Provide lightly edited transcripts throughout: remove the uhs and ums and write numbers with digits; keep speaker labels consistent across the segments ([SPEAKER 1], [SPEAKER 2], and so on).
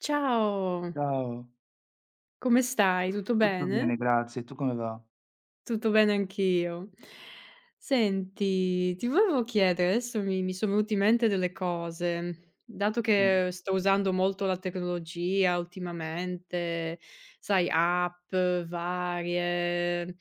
[SPEAKER 1] Ciao,
[SPEAKER 2] Ciao,
[SPEAKER 1] come stai? Tutto
[SPEAKER 2] tutto
[SPEAKER 1] bene?
[SPEAKER 2] bene grazie, tu come va?
[SPEAKER 1] Tutto bene anch'io. Senti, ti volevo chiedere, adesso mi sono venute in mente delle cose, dato
[SPEAKER 2] Sì,
[SPEAKER 1] che sto usando molto la tecnologia ultimamente, sai, app varie.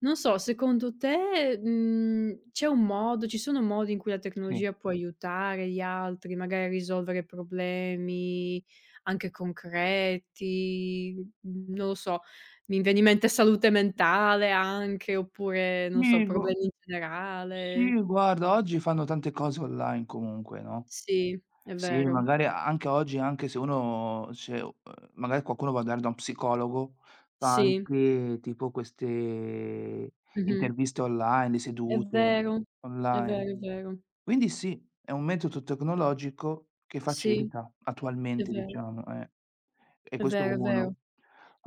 [SPEAKER 1] Non so, secondo te, c'è un modo ci sono modi in cui la
[SPEAKER 2] sì.
[SPEAKER 1] tecnologia può aiutare gli altri, magari a risolvere problemi anche concreti, non lo so, mi viene in mente salute mentale anche, oppure non so,
[SPEAKER 2] Sì, gu
[SPEAKER 1] problemi in generale.
[SPEAKER 2] sì, guarda, oggi fanno tante cose online comunque, no,
[SPEAKER 1] Sì, è
[SPEAKER 2] sì,
[SPEAKER 1] vero.
[SPEAKER 2] magari anche oggi, anche se uno se magari qualcuno va ad andare da un psicologo, fa
[SPEAKER 1] Sì,
[SPEAKER 2] anche tipo queste
[SPEAKER 1] mh-mh.
[SPEAKER 2] interviste online, le
[SPEAKER 1] È
[SPEAKER 2] sedute
[SPEAKER 1] vero, è
[SPEAKER 2] online.
[SPEAKER 1] vero, è vero.
[SPEAKER 2] Quindi sì, è un metodo tecnologico che
[SPEAKER 1] Sì,
[SPEAKER 2] facilita
[SPEAKER 1] è
[SPEAKER 2] attualmente,
[SPEAKER 1] vero,
[SPEAKER 2] diciamo, eh. E
[SPEAKER 1] è
[SPEAKER 2] questo è
[SPEAKER 1] vero, è vero.
[SPEAKER 2] uno.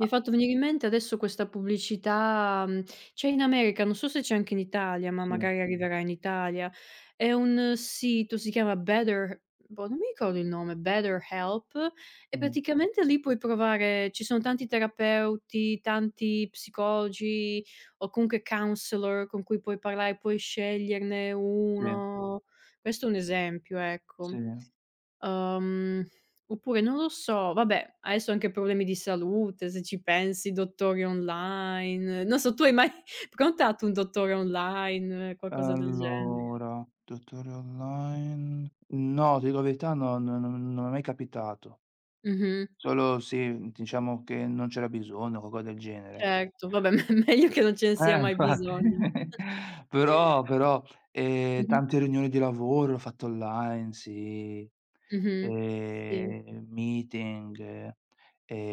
[SPEAKER 1] Mi hai fatto venire in mente adesso questa pubblicità, c'è in America, non so se c'è anche in Italia, ma
[SPEAKER 2] sì,
[SPEAKER 1] magari arriverà in Italia. È un sito, si chiama Better boh, non mi ricordo il nome, BetterHelp, e
[SPEAKER 2] mh,
[SPEAKER 1] praticamente lì puoi provare ci sono tanti terapeuti, tanti psicologi o comunque counselor con cui puoi parlare, puoi sceglierne
[SPEAKER 2] sì.
[SPEAKER 1] uno. Questo è un esempio,
[SPEAKER 2] Sì.
[SPEAKER 1] ecco. Uhm, Oppure non lo so, vabbè, adesso anche problemi di salute, se ci pensi, dottori online. Non so, tu hai mai prenotato un dottore online, qualcosa del genere?
[SPEAKER 2] Allora, tutori online no, ti dico la verità, no, non mi è mai capitato.
[SPEAKER 1] Mh-mh,
[SPEAKER 2] Solo sì, diciamo che non c'era bisogno, qualcosa del genere.
[SPEAKER 1] certo, vabbè, me meglio che non ce ne sia mai
[SPEAKER 2] Infatti.
[SPEAKER 1] bisogno.
[SPEAKER 2] Però,
[SPEAKER 1] Mh-mh,
[SPEAKER 2] tante riunioni di lavoro l'ho fatte online, sì,
[SPEAKER 1] mh-mh. Sì,
[SPEAKER 2] meeting,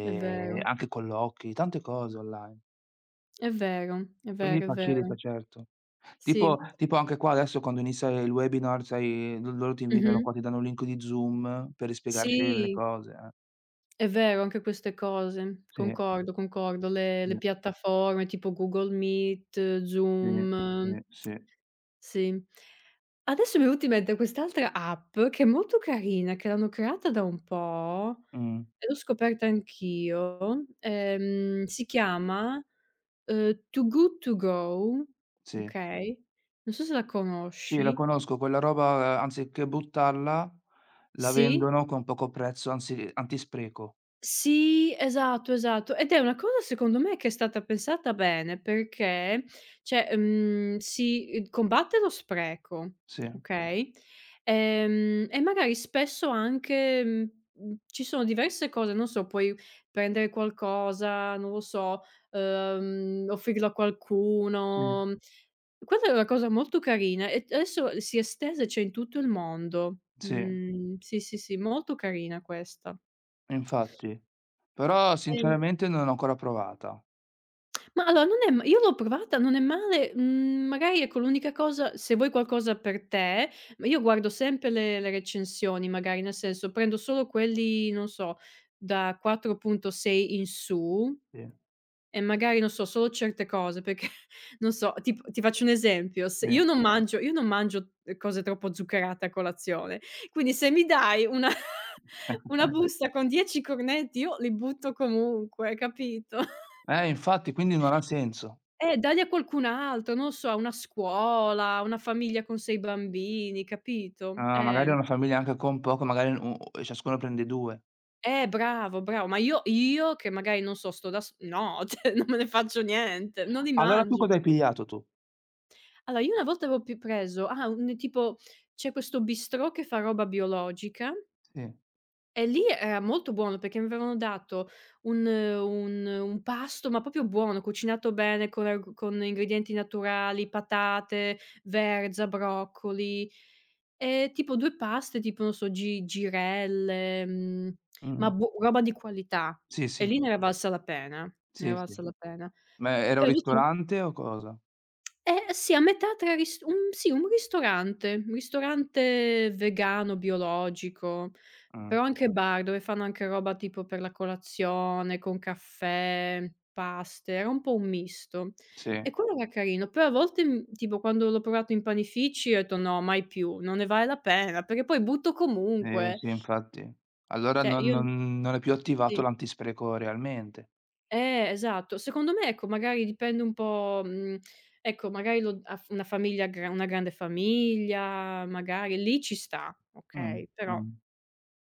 [SPEAKER 1] è vero,
[SPEAKER 2] anche colloqui, tante cose online.
[SPEAKER 1] è vero, è
[SPEAKER 2] Quindi
[SPEAKER 1] vero, è
[SPEAKER 2] facilita,
[SPEAKER 1] vero.
[SPEAKER 2] certo. Tipo
[SPEAKER 1] Sì.
[SPEAKER 2] tipo anche qua adesso quando inizia il webinar, sai, lo loro ti invitano
[SPEAKER 1] Mh-mh.
[SPEAKER 2] qua, ti danno un link di Zoom per spiegarci le
[SPEAKER 1] Sì.
[SPEAKER 2] cose, eh.
[SPEAKER 1] È vero, anche queste cose.
[SPEAKER 2] Sì,
[SPEAKER 1] Concordo, concordo. Le
[SPEAKER 2] sì,
[SPEAKER 1] piattaforme tipo Google Meet,
[SPEAKER 2] sì,
[SPEAKER 1] Zoom,
[SPEAKER 2] sì, sì.
[SPEAKER 1] sì. Adesso mi è venuta in mente quest'altra app che è molto carina, che l'hanno creata da un po'
[SPEAKER 2] Mh,
[SPEAKER 1] e l'ho scoperta anch'io. Si chiama, Too Good To Go,
[SPEAKER 2] sì.
[SPEAKER 1] okay, non so se la
[SPEAKER 2] Sì, la
[SPEAKER 1] conosci.
[SPEAKER 2] conosco quella roba, anziché buttarla, la
[SPEAKER 1] Sì?
[SPEAKER 2] vendono con poco prezzo, anzi antispreco.
[SPEAKER 1] Sì, esatto, esatto. Ed è una cosa secondo me che è stata pensata bene perché, cioè, si, combatte lo spreco,
[SPEAKER 2] Sì,
[SPEAKER 1] okay, e magari spesso anche, ci sono diverse cose, non so, puoi prendere qualcosa, non lo so, offrirlo a
[SPEAKER 2] sì,
[SPEAKER 1] qualcuno. Quella è una cosa molto carina e t adesso si è estesa e c'è in tutto il mondo.
[SPEAKER 2] sì,
[SPEAKER 1] Mhmm, sì, sì, sì, molto carina questa.
[SPEAKER 2] infatti. Però
[SPEAKER 1] Eh.
[SPEAKER 2] sinceramente non l'ho ancora provata.
[SPEAKER 1] Ma allora non è ma io l'ho provata, non è male, magari ecco l'unica cosa se vuoi qualcosa per te, ma io guardo sempre le recensioni magari, nel senso prendo solo quelli, non so, da 4.6 in su
[SPEAKER 2] Sì,
[SPEAKER 1] e magari non so, solo certe cose perché non so, tipo ti faccio un esempio, se
[SPEAKER 2] sì.
[SPEAKER 1] io non mangio, cose troppo zuccherate a colazione, quindi se mi dai una una busta con 10 cornetti io li butto comunque, capito?
[SPEAKER 2] Eh, infatti, quindi non ha senso.
[SPEAKER 1] Dagli a qualcun altro, non so, a una scuola, a una famiglia con 6 bambini, capito?
[SPEAKER 2] Ah, magari una famiglia anche con poco, magari u u ciascuno prende due.
[SPEAKER 1] Bravo, bravo, ma io che magari non so, sto da s no, cioè non me ne faccio niente, non li
[SPEAKER 2] Allora tu
[SPEAKER 1] mangio
[SPEAKER 2] cosa hai
[SPEAKER 1] più.
[SPEAKER 2] pigliato tu?
[SPEAKER 1] Allora, io una volta avevo pi preso ah, un tipo c'è questo bistrò che fa roba biologica.
[SPEAKER 2] Sì,
[SPEAKER 1] E lì era molto buono perché mi avevano dato un pasto, ma proprio buono, cucinato bene con arg con ingredienti naturali, patate, verza, broccoli, tipo 2 paste, tipo non so, gi girelle,
[SPEAKER 2] mh.
[SPEAKER 1] ma bu roba di qualità.
[SPEAKER 2] Sì,
[SPEAKER 1] E
[SPEAKER 2] sì,
[SPEAKER 1] lì ne era valsa la pena, ne era
[SPEAKER 2] sì, sì.
[SPEAKER 1] valsa la pena.
[SPEAKER 2] Ma era un
[SPEAKER 1] Però sì,
[SPEAKER 2] ristorante o cosa?
[SPEAKER 1] eh sì, a metà tra ris un sì, un ristorante vegano, biologico.
[SPEAKER 2] Mh.
[SPEAKER 1] Però anche bar, dove fanno anche roba tipo per la colazione, con caffè, paste, era un po' un misto.
[SPEAKER 2] Sì,
[SPEAKER 1] E quello era carino, poi a volte, tipo quando l'ho provato in panifici ho detto: "No, mai più, non ne vale la pena, perché poi butto
[SPEAKER 2] sì,
[SPEAKER 1] comunque".
[SPEAKER 2] sì, infatti. Allora
[SPEAKER 1] Cioè
[SPEAKER 2] non
[SPEAKER 1] io
[SPEAKER 2] non non è più attivato
[SPEAKER 1] sì,
[SPEAKER 2] l'antispreco realmente.
[SPEAKER 1] esatto. Secondo me, ecco, magari dipende un po', ecco, magari lo a f una famiglia gra una grande famiglia, magari lì ci sta,
[SPEAKER 2] Mh,
[SPEAKER 1] okay, però
[SPEAKER 2] mh.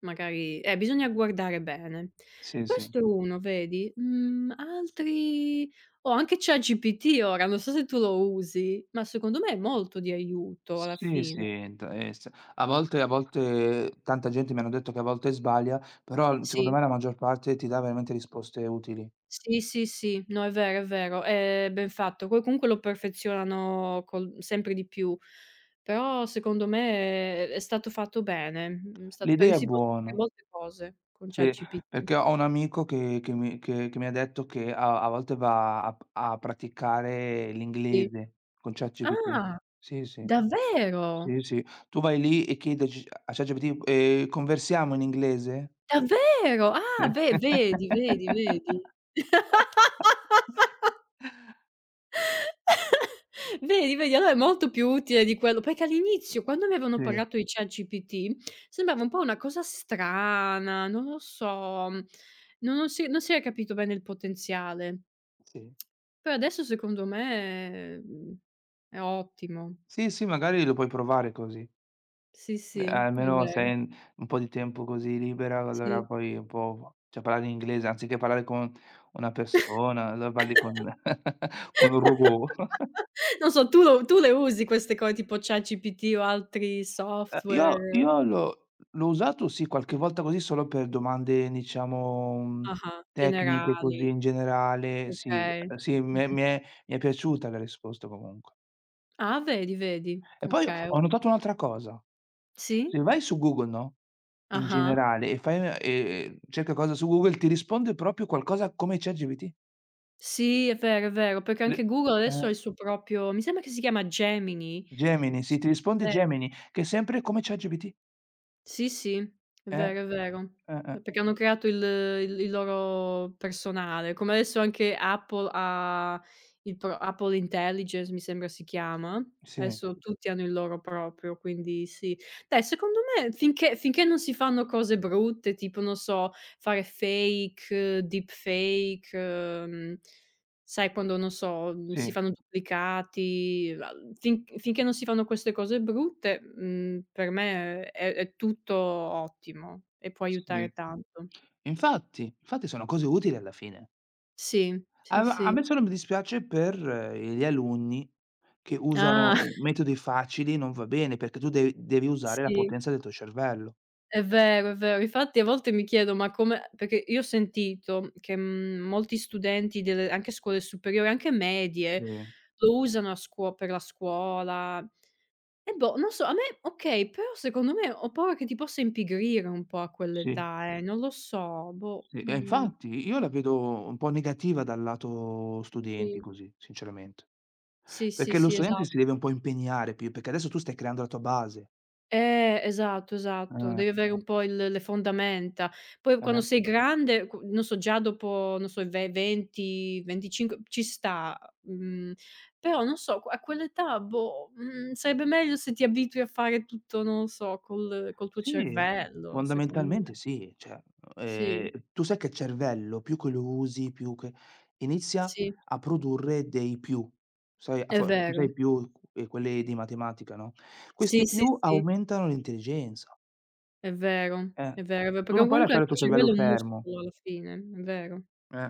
[SPEAKER 1] magari bisogna guardare bene.
[SPEAKER 2] Sì, sì.
[SPEAKER 1] Questo è uno, vedi? Mhmm, altri oh, anche ChatGPT ora, non so se tu lo usi, ma secondo me è molto di aiuto alla
[SPEAKER 2] Sì, sì,
[SPEAKER 1] fine.
[SPEAKER 2] t s a volte tanta gente mi hanno detto che a volte sbaglia, però l secondo
[SPEAKER 1] Sì,
[SPEAKER 2] me la maggior parte ti dà veramente risposte utili.
[SPEAKER 1] sì, sì, sì, no, è vero, è vero, è ben fatto. Poi comunque lo perfezionano col sempre di più, però secondo me è stato fatto bene, sta perché
[SPEAKER 2] L'idea è
[SPEAKER 1] si possono fare
[SPEAKER 2] buona.
[SPEAKER 1] molte cose con
[SPEAKER 2] Sì,
[SPEAKER 1] ChatGPT.
[SPEAKER 2] perché ho un amico che mi ha detto che a volte va a p a praticare
[SPEAKER 1] Sì.
[SPEAKER 2] l'inglese con ChatGPT.
[SPEAKER 1] Ah,
[SPEAKER 2] Sì, sì.
[SPEAKER 1] davvero?
[SPEAKER 2] Sì, sì. Tu vai lì e chiedi a c a ChatGPT: Conversiamo in inglese?"
[SPEAKER 1] Davvero?
[SPEAKER 2] Sì.
[SPEAKER 1] Ah, ve vedi, vedi, vedi. Vedi, vedi, allora è molto più utile di quello perché all'inizio quando mi avevano
[SPEAKER 2] Sì,
[SPEAKER 1] parlato di ChatGPT sembrava un po' una cosa strana, non lo so, no, non si era capito bene il potenziale.
[SPEAKER 2] sì.
[SPEAKER 1] Però adesso secondo me, è ottimo.
[SPEAKER 2] Sì, sì, magari lo puoi provare così.
[SPEAKER 1] Sì, sì, è
[SPEAKER 2] Almeno se
[SPEAKER 1] vero,
[SPEAKER 2] hai un po' di tempo così libera, allora
[SPEAKER 1] sì.
[SPEAKER 2] poi un po' cioè parlare in inglese, anziché parlare con una persona, allora parli con con un robot.
[SPEAKER 1] Non so, tu le usi queste co tipo ChatGPT o altri
[SPEAKER 2] Io
[SPEAKER 1] software?
[SPEAKER 2] io l'ho usato sì, qualche volta così solo per domande, diciamo,
[SPEAKER 1] Ah-ah,
[SPEAKER 2] tecniche
[SPEAKER 1] generali,
[SPEAKER 2] così in generale, sì,
[SPEAKER 1] okay.
[SPEAKER 2] sì, mi è
[SPEAKER 1] Mh-mh.
[SPEAKER 2] mi è mi è piaciuta la risposta comunque.
[SPEAKER 1] Ah, vedi, vedi.
[SPEAKER 2] E poi
[SPEAKER 1] Okay.
[SPEAKER 2] ho notato un'altra cosa: se
[SPEAKER 1] Sì?
[SPEAKER 2] vai su Google, no, in
[SPEAKER 1] Ah-ah.
[SPEAKER 2] generale e fai una e cerca cosa su Google, ti risponde proprio qualcosa come ChatGPT.
[SPEAKER 1] Sì, è vero, perché anche
[SPEAKER 2] Le
[SPEAKER 1] Google adesso
[SPEAKER 2] eh,
[SPEAKER 1] ha il suo proprio, mi sembra che si chiama Gemini.
[SPEAKER 2] Gemini,
[SPEAKER 1] S
[SPEAKER 2] sì, ti risponde
[SPEAKER 1] Vero.
[SPEAKER 2] Gemini, che è sempre come ChatGPT.
[SPEAKER 1] Sì, sì, è
[SPEAKER 2] Eh,
[SPEAKER 1] vero, è vero.
[SPEAKER 2] eh.
[SPEAKER 1] Perché hanno creato il loro personale, come adesso anche Apple ha il pro Apple Intelligence, mi sembra si chiama.
[SPEAKER 2] Sì,
[SPEAKER 1] Adesso tutti hanno il loro proprio, quindi sì. Dai, secondo me finché non si fanno cose brutte, tipo non so, fare fake, deepfake, mhmm sai quando, non so, si
[SPEAKER 2] sì,
[SPEAKER 1] fanno duplicati, la fin finché non si fanno queste cose brutte, per me è tutto ottimo e può aiutare
[SPEAKER 2] sì.
[SPEAKER 1] tanto.
[SPEAKER 2] Infatti, infatti sono cose utili alla fine.
[SPEAKER 1] Sì,
[SPEAKER 2] A
[SPEAKER 1] sì,
[SPEAKER 2] m a
[SPEAKER 1] sì.
[SPEAKER 2] me solo mi dispiace per gli alunni che usano
[SPEAKER 1] Ah,
[SPEAKER 2] metodi facili, non va bene, perché tu devi usare la
[SPEAKER 1] sì,
[SPEAKER 2] potenza del tuo cervello.
[SPEAKER 1] è vero, è vero. Infatti a volte mi chiedo: "Ma come"; perché io ho sentito che, molti studenti delle anche scuole superiori, anche
[SPEAKER 2] Sì,
[SPEAKER 1] medie, lo usano a scuo per la scuola. E boh, non so, a me okay, però secondo me ho paura che ti possa impigrire un po' a
[SPEAKER 2] sì.
[SPEAKER 1] quell'età, non lo so, boh,
[SPEAKER 2] Sì, infatti io la vedo un po' negativa dal lato studenti
[SPEAKER 1] sì.
[SPEAKER 2] così, sinceramente.
[SPEAKER 1] Sì, sì,
[SPEAKER 2] Perché lo
[SPEAKER 1] sì,
[SPEAKER 2] studente si deve un po' impegnare più, perché adesso tu stai creando la tua base.
[SPEAKER 1] esatto, esatto,
[SPEAKER 2] Eh,
[SPEAKER 1] devi avere un po' il le fondamenta. Poi quando
[SPEAKER 2] eh.
[SPEAKER 1] sei grande, qu non so, già dopo, non so, i ve 20, 25 ci sta, però non so, a quell'età, boh, sarebbe meglio se ti abitui a fare tutto, non lo so, col tuo
[SPEAKER 2] Sì,
[SPEAKER 1] cervello, secondo
[SPEAKER 2] fondamentalmente
[SPEAKER 1] me.
[SPEAKER 2] sì, cioè,
[SPEAKER 1] Sì,
[SPEAKER 2] tu sai che il cervello più che lo usi, più che inizia
[SPEAKER 1] sì,
[SPEAKER 2] a produrre dei più, sai a
[SPEAKER 1] è
[SPEAKER 2] fo tu
[SPEAKER 1] vero.
[SPEAKER 2] sai più, quelli di matematica, no,
[SPEAKER 1] Sì,
[SPEAKER 2] questi
[SPEAKER 1] sì,
[SPEAKER 2] più
[SPEAKER 1] sì,
[SPEAKER 2] aumentano l'intelligenza,
[SPEAKER 1] è vero,
[SPEAKER 2] eh.
[SPEAKER 1] è vero, è ve
[SPEAKER 2] Tu
[SPEAKER 1] perché
[SPEAKER 2] non puoi
[SPEAKER 1] comunque
[SPEAKER 2] lasciare il
[SPEAKER 1] anche
[SPEAKER 2] tuo
[SPEAKER 1] il
[SPEAKER 2] cervello
[SPEAKER 1] cervello è un
[SPEAKER 2] fermo,
[SPEAKER 1] muscolo alla fine, è vero.
[SPEAKER 2] eh.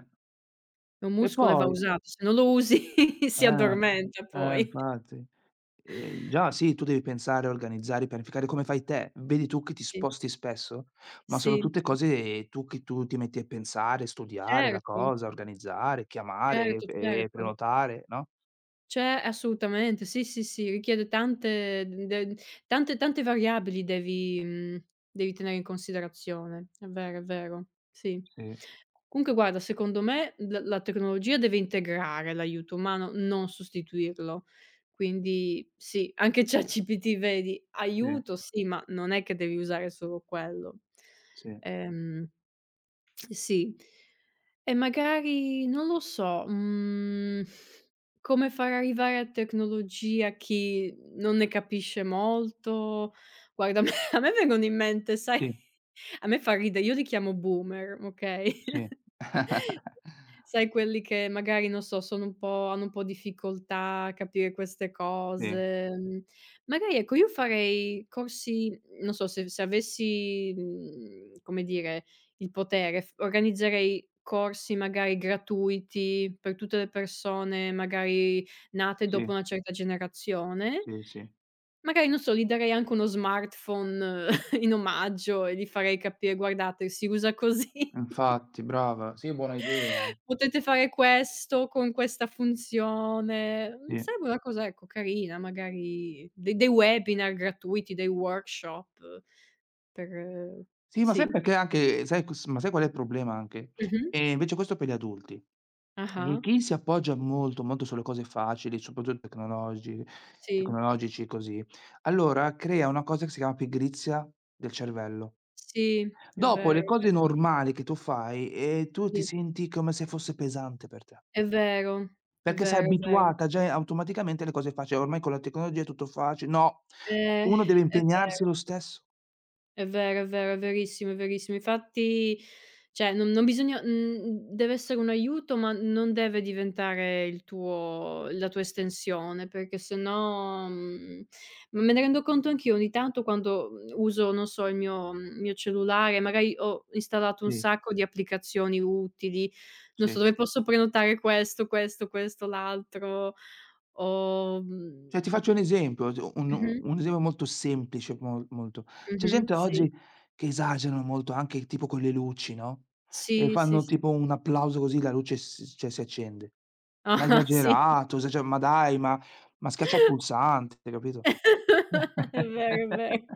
[SPEAKER 1] È un
[SPEAKER 2] E
[SPEAKER 1] muscolo e va
[SPEAKER 2] poi
[SPEAKER 1] usato, se non lo usi si
[SPEAKER 2] Eh,
[SPEAKER 1] addormenta poi.
[SPEAKER 2] infatti. Già sì, tu devi pensare, organizzare, pianificare come fai te. Vedi tu che ti
[SPEAKER 1] Sì,
[SPEAKER 2] sposti spesso, ma sono
[SPEAKER 1] sì,
[SPEAKER 2] tutte cose tu che tu ti metti a pensare, studiare la
[SPEAKER 1] certo,
[SPEAKER 2] cosa, organizzare, chiamare
[SPEAKER 1] certo,
[SPEAKER 2] e
[SPEAKER 1] certo.
[SPEAKER 2] prenotare, no?
[SPEAKER 1] Cioè, assolutamente, sì, sì, sì, richiede tante de tante, tante variabili, devi tenere in considerazione. È vero, sì.
[SPEAKER 2] Sì,
[SPEAKER 1] Comunque guarda, secondo me la tecnologia deve integrare l'aiuto umano, non sostituirlo. Quindi sì, anche ChatGPT vedi,
[SPEAKER 2] sì,
[SPEAKER 1] aiuto sì, ma non è che devi usare solo quello.
[SPEAKER 2] sì,
[SPEAKER 1] Ehm, sì. E magari, non lo so, come far arrivare a tecnologia chi non ne capisce molto. Guarda, a me a me vengono in mente, sai,
[SPEAKER 2] sì,
[SPEAKER 1] a me fa ridere, io li chiamo boomer, okay?
[SPEAKER 2] sì.
[SPEAKER 1] Sai quelli che magari, non so, sono un po' hanno un po' difficoltà a capire queste
[SPEAKER 2] Sì,
[SPEAKER 1] cose, magari ecco io farei corsi, non so se avessi, come dire, il potere, f organizzerei corsi magari gratuiti per tutte le persone magari nate dopo
[SPEAKER 2] sì,
[SPEAKER 1] una certa generazione,
[SPEAKER 2] sì, sì.
[SPEAKER 1] magari non so, gli darei anche uno smartphone in omaggio e gli farei capire: "Guardate, si usa così."
[SPEAKER 2] Infatti, brava. Sì, buona idea.
[SPEAKER 1] Potete fare questo con questa funzione. Mhmm,
[SPEAKER 2] Sì.
[SPEAKER 1] Sarebbe una cosa, ecco, carina, magari de dei webinar gratuiti, dei workshop per
[SPEAKER 2] Sì, ma sai
[SPEAKER 1] sì.
[SPEAKER 2] perché anche sai cos ma sai qual è il problema anche?
[SPEAKER 1] Mh-mh.
[SPEAKER 2] Invece questo per gli adulti. E
[SPEAKER 1] Ah-ah.
[SPEAKER 2] chi si appoggia molto, molto sulle cose facili, soprattutto tecnologi
[SPEAKER 1] Sì,
[SPEAKER 2] tecnologici così, allora crea una cosa che si chiama pigrizia del cervello.
[SPEAKER 1] sì, è
[SPEAKER 2] Dopo le
[SPEAKER 1] vero, è ve
[SPEAKER 2] cose normali che tu fai, tu ti
[SPEAKER 1] sì,
[SPEAKER 2] senti come se fosse pesante per te,
[SPEAKER 1] è vero, è
[SPEAKER 2] perché sei
[SPEAKER 1] vero, è vero.
[SPEAKER 2] abituata già automaticamente alle cose facili. Ormai con la tecnologia è tutto facile. No,
[SPEAKER 1] Eh,
[SPEAKER 2] uno deve
[SPEAKER 1] è
[SPEAKER 2] impegnarsi lo
[SPEAKER 1] vero.
[SPEAKER 2] stesso.
[SPEAKER 1] È vero, è vero, è verissimo, è verissimo. Infatti, cioè non deve essere un aiuto, ma non deve diventare il tuo la tua estensione, perché sennò, me ne rendo conto anch'io ogni tanto quando, uso, non so, il mio cellulare, magari ho installato un
[SPEAKER 2] Sì,
[SPEAKER 1] sacco di applicazioni utili, non so,
[SPEAKER 2] sì.
[SPEAKER 1] dove posso prenotare questo, questo, questo, l'altro o
[SPEAKER 2] Cioè
[SPEAKER 1] mhmm
[SPEAKER 2] ti faccio un esempio, s
[SPEAKER 1] mh-mh,
[SPEAKER 2] un esempio molto semplice, molto. C'è
[SPEAKER 1] mh-mh,
[SPEAKER 2] gente
[SPEAKER 1] sì.
[SPEAKER 2] oggi che esagerano molto anche tipo con le luci, no, e
[SPEAKER 1] Sì, sì,
[SPEAKER 2] fanno
[SPEAKER 1] s
[SPEAKER 2] tipo un applauso così la luce s cioè si accende. Ma
[SPEAKER 1] ah, sì.
[SPEAKER 2] esagerato, esage ma dai, ma schiaccia il pulsante, capito?
[SPEAKER 1] È vero, è vero.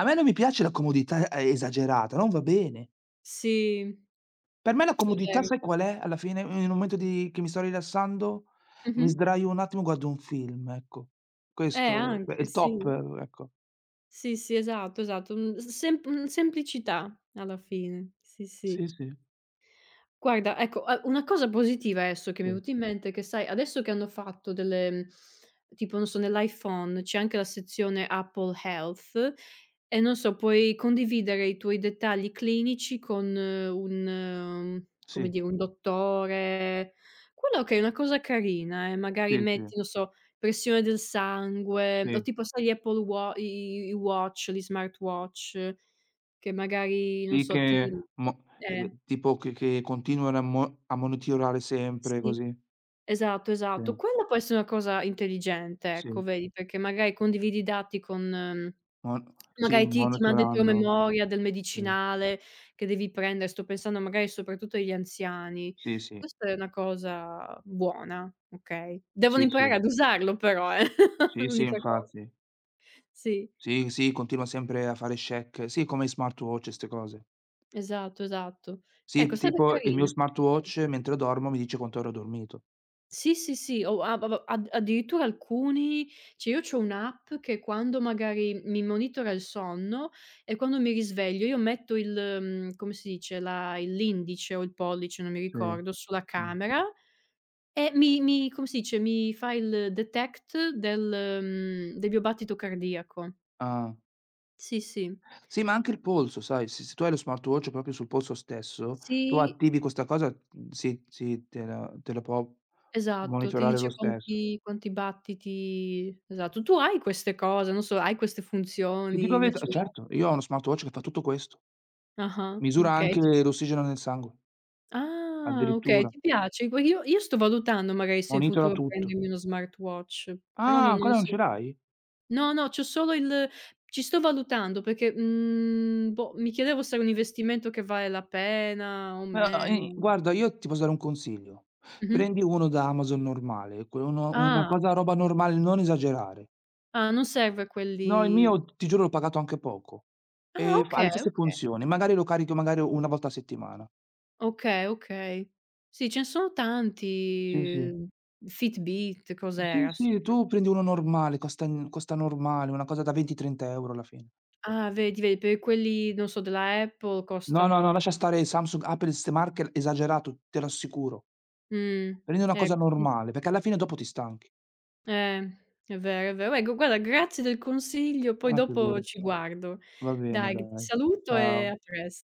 [SPEAKER 2] A me non mi piace la comodità, esagerata, non va bene.
[SPEAKER 1] Sì,
[SPEAKER 2] Per me la
[SPEAKER 1] è
[SPEAKER 2] comodità
[SPEAKER 1] vero.
[SPEAKER 2] sai qual è alla fine? Nel momento di che mi sto rilassando, mi
[SPEAKER 1] Mh-mh.
[SPEAKER 2] sdraio un attimo, guardo un film, ecco. Questo è
[SPEAKER 1] Anche,
[SPEAKER 2] il top,
[SPEAKER 1] sì.
[SPEAKER 2] ecco.
[SPEAKER 1] Sì, sì, esatto, esatto. Mhmm, s sem mhmm, Semplicità alla fine. Sì, sì.
[SPEAKER 2] Sì, sì,
[SPEAKER 1] Guarda, ecco, a una cosa positiva adesso che mi è
[SPEAKER 2] sì,
[SPEAKER 1] venuta in mente, è che sai, adesso che hanno fatto delle tipo non so, nell'iPhone c'è anche la sezione Apple Health e non so, puoi condividere i tuoi dettagli clinici con un come
[SPEAKER 2] sì,
[SPEAKER 1] dire, un dottore. Quello che è una cosa carina, magari
[SPEAKER 2] sì, sì,
[SPEAKER 1] metti, non so, pressione del sangue o
[SPEAKER 2] sì,
[SPEAKER 1] tipo sai gli Apple Wa i Watch, gli smartwatch che magari non
[SPEAKER 2] sì
[SPEAKER 1] so, ti
[SPEAKER 2] che mo
[SPEAKER 1] eh,
[SPEAKER 2] tipo che continuano a mo a monitorare sempre
[SPEAKER 1] sì.
[SPEAKER 2] così.
[SPEAKER 1] Esatto,
[SPEAKER 2] Sì,
[SPEAKER 1] esatto. Quella può essere una cosa intelligente,
[SPEAKER 2] sì,
[SPEAKER 1] ecco, vedi, perché magari condividi i dati con
[SPEAKER 2] mon sì,
[SPEAKER 1] magari ti manda il
[SPEAKER 2] monitorando.
[SPEAKER 1] promemoria del
[SPEAKER 2] Sì,
[SPEAKER 1] medicinale che devi prendere, sto pensando magari soprattutto agli anziani.
[SPEAKER 2] sì, sì,
[SPEAKER 1] Questa è una cosa buona, okay. Devono
[SPEAKER 2] sì, sì,
[SPEAKER 1] imparare ad usarlo però,
[SPEAKER 2] sì, sì,
[SPEAKER 1] l'unica cosa.
[SPEAKER 2] infatti.
[SPEAKER 1] Sì,
[SPEAKER 2] Sì, sì, continua sempre a fare check. Sì, come i smartwatch e 'ste cose.
[SPEAKER 1] esatto, esatto.
[SPEAKER 2] Sì,
[SPEAKER 1] Ecco, sarebbe
[SPEAKER 2] tipo il mio
[SPEAKER 1] carina.
[SPEAKER 2] smartwatch mentre dormo mi dice quanto ore ho dormito.
[SPEAKER 1] Sì, sì, sì, o a va va ad addirittura alcuni cioè io c'ho un'app che quando magari mi monitora il sonno e quando mi risveglio io metto come si dice, la il l'indice o il pollice, non mi
[SPEAKER 2] Sì,
[SPEAKER 1] ricordo, sulla
[SPEAKER 2] mh.
[SPEAKER 1] camera e mi come si dice, mi fa il detect del del mio battito cardiaco.
[SPEAKER 2] Ah.
[SPEAKER 1] Sì, sì.
[SPEAKER 2] Sì, ma anche il polso, sai, se tu hai lo smartwatch proprio sul polso stesso, tu
[SPEAKER 1] Sì,
[SPEAKER 2] attivi questa cosa, si te la può
[SPEAKER 1] esatto, ti
[SPEAKER 2] monitorare lo
[SPEAKER 1] dice
[SPEAKER 2] stesso.
[SPEAKER 1] quanti battiti esatto. Tu hai queste cose, non so, hai queste
[SPEAKER 2] Ti dico la
[SPEAKER 1] funzioni nel
[SPEAKER 2] verità
[SPEAKER 1] cella
[SPEAKER 2] certo, io ho uno smartwatch che fa tutto questo.
[SPEAKER 1] Ah-ah,
[SPEAKER 2] Misura
[SPEAKER 1] okay.
[SPEAKER 2] anche
[SPEAKER 1] C
[SPEAKER 2] l'ossigeno nel sangue,
[SPEAKER 1] Ah, okay,
[SPEAKER 2] addirittura.
[SPEAKER 1] ti piace? Gua io sto valutando magari se in
[SPEAKER 2] Monitora
[SPEAKER 1] futuro
[SPEAKER 2] tutto.
[SPEAKER 1] prendermi uno smartwatch, però
[SPEAKER 2] Ah,
[SPEAKER 1] non
[SPEAKER 2] ancora non
[SPEAKER 1] so,
[SPEAKER 2] ce l'hai?
[SPEAKER 1] no, no, c'ho solo il ci sto valutando perché, boh, mi chiedevo se è un investimento che vale la pena o
[SPEAKER 2] Ma i
[SPEAKER 1] meno.
[SPEAKER 2] guarda, io ti posso dare un consiglio:
[SPEAKER 1] Mh-mh.
[SPEAKER 2] prendi uno da Amazon normale, que uno una
[SPEAKER 1] Ah,
[SPEAKER 2] cosa roba normale, non esagerare.
[SPEAKER 1] ah, non serve
[SPEAKER 2] No, il
[SPEAKER 1] quelli,
[SPEAKER 2] mio, ti giuro, l'ho pagato anche poco
[SPEAKER 1] ah,
[SPEAKER 2] e fa ha
[SPEAKER 1] okay,
[SPEAKER 2] le stesse
[SPEAKER 1] okay.
[SPEAKER 2] funzioni, magari lo carico magari una volta a settimana.
[SPEAKER 1] Okay, okay. Sì, ce ne sono
[SPEAKER 2] Sì, sì.
[SPEAKER 1] tanti, Fitbit,
[SPEAKER 2] Sì,
[SPEAKER 1] cos'era? Si
[SPEAKER 2] sì, tu prendi uno normale, costa n costa normale, una cosa da 20, 30 € alla fine.
[SPEAKER 1] Ah, vedi, vedi, per quelli, non so, della Apple
[SPEAKER 2] No, no, no,
[SPEAKER 1] costano
[SPEAKER 2] lascia stare Samsung, Apple, 'ste marche, esagerato, te lo assicuro.
[SPEAKER 1] mh,
[SPEAKER 2] Prendi una cosa
[SPEAKER 1] costa
[SPEAKER 2] normale, perché alla fine dopo ti stanchi.
[SPEAKER 1] eh, è vero, è vero. Ecco, guarda, grazie del consiglio, poi
[SPEAKER 2] Ma
[SPEAKER 1] dopo
[SPEAKER 2] figurati.
[SPEAKER 1] ci guardo.
[SPEAKER 2] Va bene
[SPEAKER 1] Dai, ti
[SPEAKER 2] dai.
[SPEAKER 1] saluto e
[SPEAKER 2] Ciao.
[SPEAKER 1] a pres